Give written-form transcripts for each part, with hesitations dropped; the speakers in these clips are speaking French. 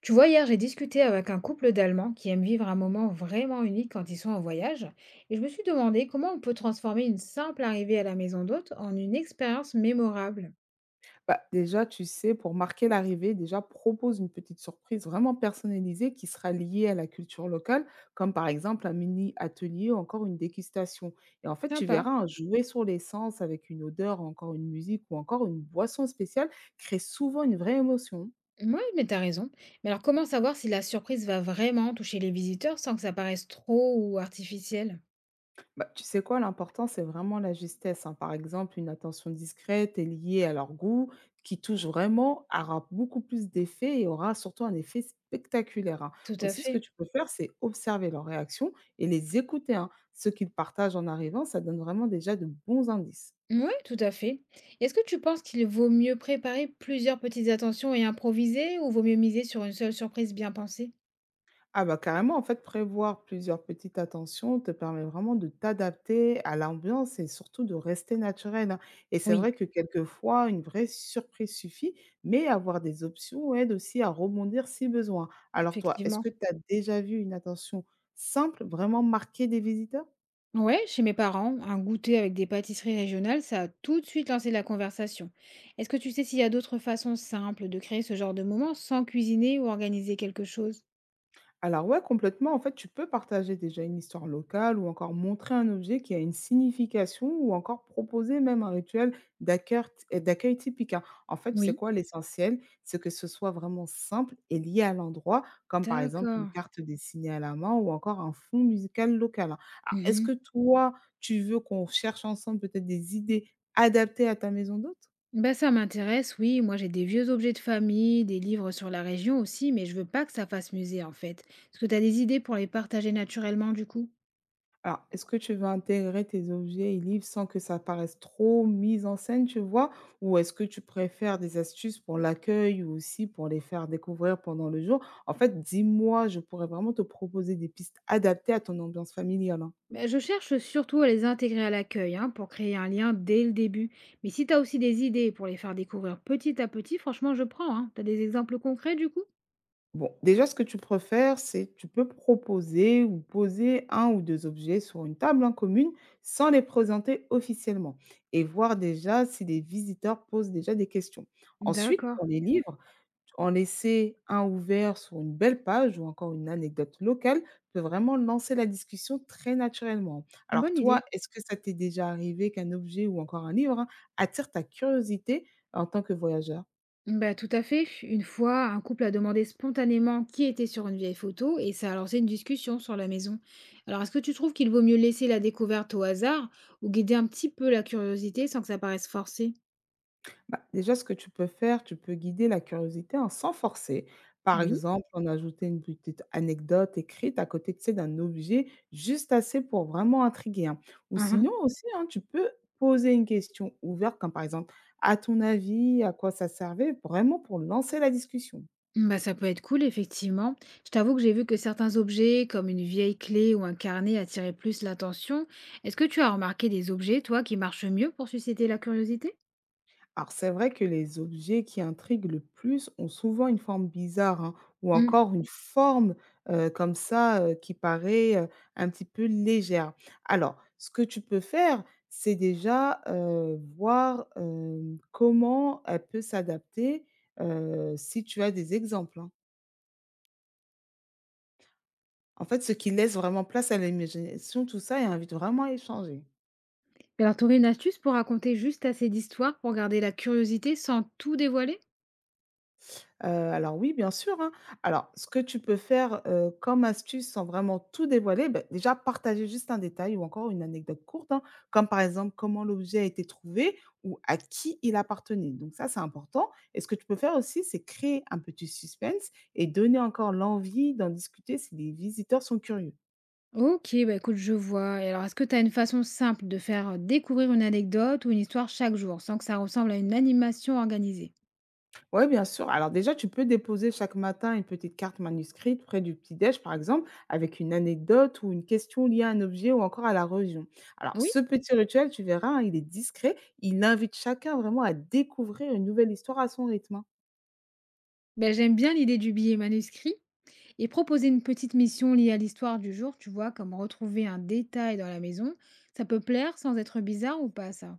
Tu vois, hier, j'ai discuté avec un couple d'Allemands qui aiment vivre un moment vraiment unique quand ils sont en voyage, et je me suis demandé comment on peut transformer une simple arrivée à la maison d'hôte en une expérience mémorable. Bah, déjà, tu sais, pour marquer l'arrivée, déjà propose une petite surprise vraiment personnalisée qui sera liée à la culture locale, comme par exemple un mini atelier ou encore une dégustation. Et en fait, tu Sympa. verras, un jouer sur l'essence avec une odeur, encore une musique ou encore une boisson spéciale crée souvent une vraie émotion. Oui, mais t'as raison. Mais alors, comment savoir si la surprise va vraiment toucher les visiteurs sans que ça paraisse trop ou artificiel? Bah, tu sais quoi, l'important, c'est vraiment la justesse, hein. Par exemple, une attention discrète est liée à leur goût, qui touche vraiment, aura beaucoup plus d'effet et aura surtout un effet spectaculaire, hein. Tout à Aussi, ce que fait. tu peux faire, c'est observer leurs réactions et les écouter, hein. Ce qu'ils partagent en arrivant, ça donne vraiment déjà de bons indices. Oui, tout à fait. Est-ce que tu penses qu'il vaut mieux préparer plusieurs petites attentions et improviser, ou vaut mieux miser sur une seule surprise bien pensée? Ah bah carrément, en fait, prévoir plusieurs petites attentions te permet vraiment de t'adapter à l'ambiance et surtout de rester naturel, hein. Et c'est vrai Oui, que quelquefois, une vraie surprise suffit, mais avoir des options aide aussi à rebondir si besoin. Alors toi, est-ce effectivement. que tu as déjà vu une attention simple vraiment marquer des visiteurs? Ouais, chez mes parents, un goûter avec des pâtisseries régionales, ça a tout de suite lancé la conversation. Est-ce que tu sais s'il y a d'autres façons simples de créer ce genre de moment sans cuisiner ou organiser quelque chose? Alors ouais, complètement. En fait, tu peux partager déjà une histoire locale ou encore montrer un objet qui a une signification ou encore proposer même un rituel d'accueil et d'accueil typique, hein. En fait, c'est Oui. quoi l'essentiel? C'est que ce soit vraiment simple et lié à l'endroit, comme par exemple une D'accord. carte dessinée à la main ou encore un fond musical local, hein. Alors, est-ce Mhm. que toi, tu veux qu'on cherche ensemble peut-être des idées adaptées à ta maison d'hôte? Ben ça m'intéresse, oui. Moi, j'ai des vieux objets de famille, des livres sur la région aussi, mais je veux pas que ça fasse musée en fait. Est-ce que tu as des idées pour les partager naturellement du coup? Alors, est-ce que tu veux intégrer tes objets et livres sans que ça paraisse trop mise en scène, tu vois? Ou est-ce que tu préfères des astuces pour l'accueil ou aussi pour les faire découvrir pendant le jour? En fait, dis-moi, je pourrais vraiment te proposer des pistes adaptées à ton ambiance familiale, hein. Ben, je cherche surtout à les intégrer à l'accueil, hein, pour créer un lien dès le début. Mais si tu as aussi des idées pour les faire découvrir petit à petit, franchement, je prends. Hein. Tu as des exemples concrets du coup? Bon, déjà, ce que tu préfères, c'est tu peux proposer ou poser un ou deux objets sur une table en commune sans les présenter officiellement et voir déjà si les visiteurs posent déjà des questions. Ensuite, D'accord, pour les livres, en laisser un ouvert sur une belle page ou encore une anecdote locale peut vraiment lancer la discussion très naturellement. Alors bonne idée. toi, est-ce que ça t'est déjà arrivé qu'un objet ou encore un livre, hein, attire ta curiosité en tant que voyageur? Bah, tout à fait. Une fois, un couple a demandé spontanément qui était sur une vieille photo et ça a lancé une discussion sur la maison. Alors, est-ce que tu trouves qu'il vaut mieux laisser la découverte au hasard ou guider un petit peu la curiosité sans que ça paraisse forcé? Bah, déjà, ce que tu peux faire, tu peux guider la curiosité en sans forcer. Par Oui. exemple, en ajouter une petite anecdote écrite à côté, tu sais, d'un objet, juste assez pour vraiment intriguer, hein. Ou sinon aussi, hein, tu peux poser une question ouverte, comme par exemple, à ton avis, à quoi ça servait, vraiment pour lancer la discussion. Bah, ça peut être cool, effectivement. Je t'avoue que j'ai vu que certains objets, comme une vieille clé ou un carnet, attiraient plus l'attention. Est-ce que tu as remarqué des objets, toi, qui marchent mieux pour susciter la curiosité? Alors c'est vrai que les objets qui intriguent le plus ont souvent une forme bizarre, hein, ou Hmm. encore une forme, comme ça, qui paraît, un petit peu légère. Alors ce que tu peux faire, c'est déjà, voir, comment elle peut s'adapter, si tu as des exemples, hein. En fait, ce qui laisse vraiment place à l'imagination, tout ça et invite vraiment à échanger. Alors, t'aurais une astuce pour raconter juste assez d'histoires pour garder la curiosité sans tout dévoiler? Alors oui, bien sûr, hein. Alors, ce que tu peux faire, comme astuce sans vraiment tout dévoiler, beh, déjà partager juste un détail ou encore une anecdote courte, hein, comme par exemple comment l'objet a été trouvé ou à qui il appartenait. Donc ça, c'est important et ce que tu peux faire aussi, c'est créer un petit suspense et donner encore l'envie d'en discuter si les visiteurs sont curieux. Ok, bah écoute, je vois. Et alors, est-ce que tu as une façon simple de faire découvrir une anecdote ou une histoire chaque jour, sans que ça ressemble à une animation organisée? Ouais, bien sûr. Alors déjà, tu peux déposer chaque matin une petite carte manuscrite près du petit-déj, par exemple, avec une anecdote ou une question liée à un objet ou encore à la religion. Alors, Oui. ce petit rituel, tu verras, hein, il est discret. Il invite chacun vraiment à découvrir une nouvelle histoire à son rythme, hein. Ben, j'aime bien l'idée du billet manuscrit. Et proposer une petite mission liée à l'histoire du jour, tu vois, comme retrouver un détail dans la maison, ça peut plaire sans être bizarre ou pas, ça?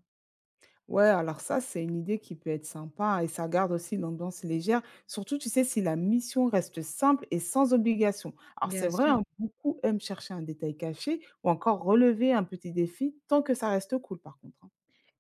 Ouais, alors ça, c'est une idée qui peut être sympa et ça garde aussi l'ambiance légère. Surtout, tu sais, si la mission reste simple et sans obligation. Alors, c'est Bien vrai, sûr. hein, beaucoup aiment chercher un détail caché ou encore relever un petit défi tant que ça reste cool, par contre, hein.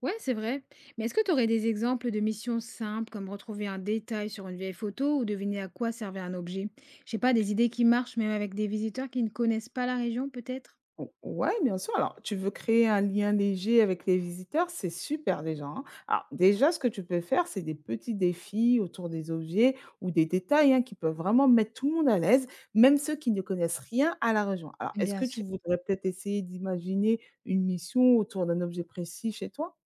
Ouais, c'est vrai. Mais est-ce que tu aurais des exemples de missions simples, comme retrouver un détail sur une vieille photo ou deviner à quoi servait un objet? Je sais pas, des idées qui marchent même avec des visiteurs qui ne connaissent pas la région, peut-être? O ouais, bien sûr. Alors, tu veux créer un lien léger avec les visiteurs, c'est super déjà, hein. Alors déjà, ce que tu peux faire, c'est des petits défis autour des objets ou des détails, hein, qui peuvent vraiment mettre tout le monde à l'aise, même ceux qui ne connaissent rien à la région. Alors, est-ce Bien que tu sûr. voudrais peut-être essayer d'imaginer une mission autour d'un objet précis chez toi?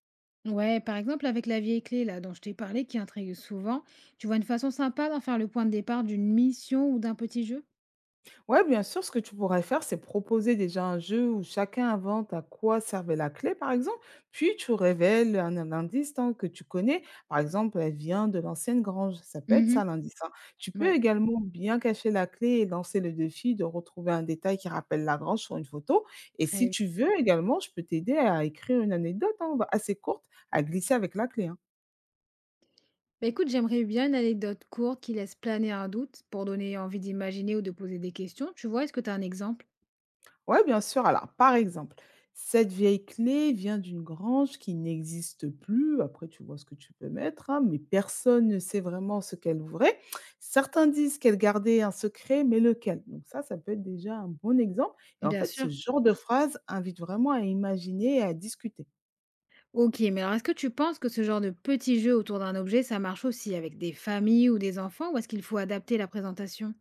Ouais, par exemple, avec la vieille clé là dont je t'ai parlé, qui intrigue souvent, tu vois une façon sympa d'en faire le point de départ d'une mission ou d'un petit jeu? Ouais, bien sûr, ce que tu pourrais faire, c'est proposer déjà un jeu où chacun invente à quoi servait la clé, par exemple, puis tu révèles un indice, hein, que tu connais. Par exemple, elle vient de l'ancienne grange. Ça peut être ça Mhm. l'indice, hein. Tu peux Ouais. également bien cacher la clé et lancer le défi de retrouver un détail qui rappelle la grange sur une photo. Et si Très. tu veux également, je peux t'aider à écrire une anecdote, hein, assez courte à glisser avec la clé, hein. Bah, écoute, j'aimerais bien une anecdote courte qui laisse planer un doute pour donner envie d'imaginer ou de poser des questions. Tu vois, est-ce que tu as un exemple? Ouais, bien sûr. Alors, par exemple, cette vieille clé vient d'une grange qui n'existe plus. Après, tu vois ce que tu peux mettre, hein, mais personne ne sait vraiment ce qu'elle ouvrait. Certains disent qu'elle gardait un secret, mais lequel? Donc ça peut être déjà un bon exemple. Et en Bien fait, ce sûr. genre de phrase invite vraiment à imaginer et à discuter. Ok, mais alors est-ce que tu penses que ce genre de petit jeu autour d'un objet, ça marche aussi avec des familles ou des enfants, ou est-ce qu'il faut adapter la présentation?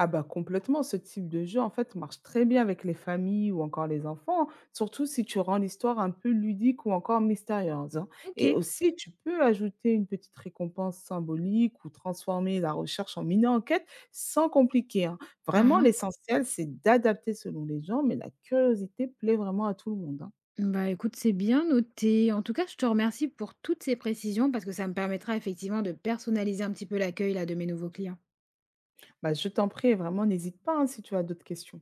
Ah bah complètement, ce type de jeu en fait marche très bien avec les familles ou encore les enfants, surtout si tu rends l'histoire un peu ludique ou encore mystérieuse, hein. Ok. Et aussi, tu peux ajouter une petite récompense symbolique ou transformer la recherche en mini-enquête sans compliquer, hein. Vraiment, Uhum. l'essentiel, c'est d'adapter selon les gens, mais la curiosité plaît vraiment à tout le monde, hein. Bah écoute, c'est bien noté. En tout cas, je te remercie pour toutes ces précisions parce que ça me permettra effectivement de personnaliser un petit peu l'accueil là de mes nouveaux clients. Bah, je t'en prie, vraiment, n'hésite pas, hein, si tu as d'autres questions.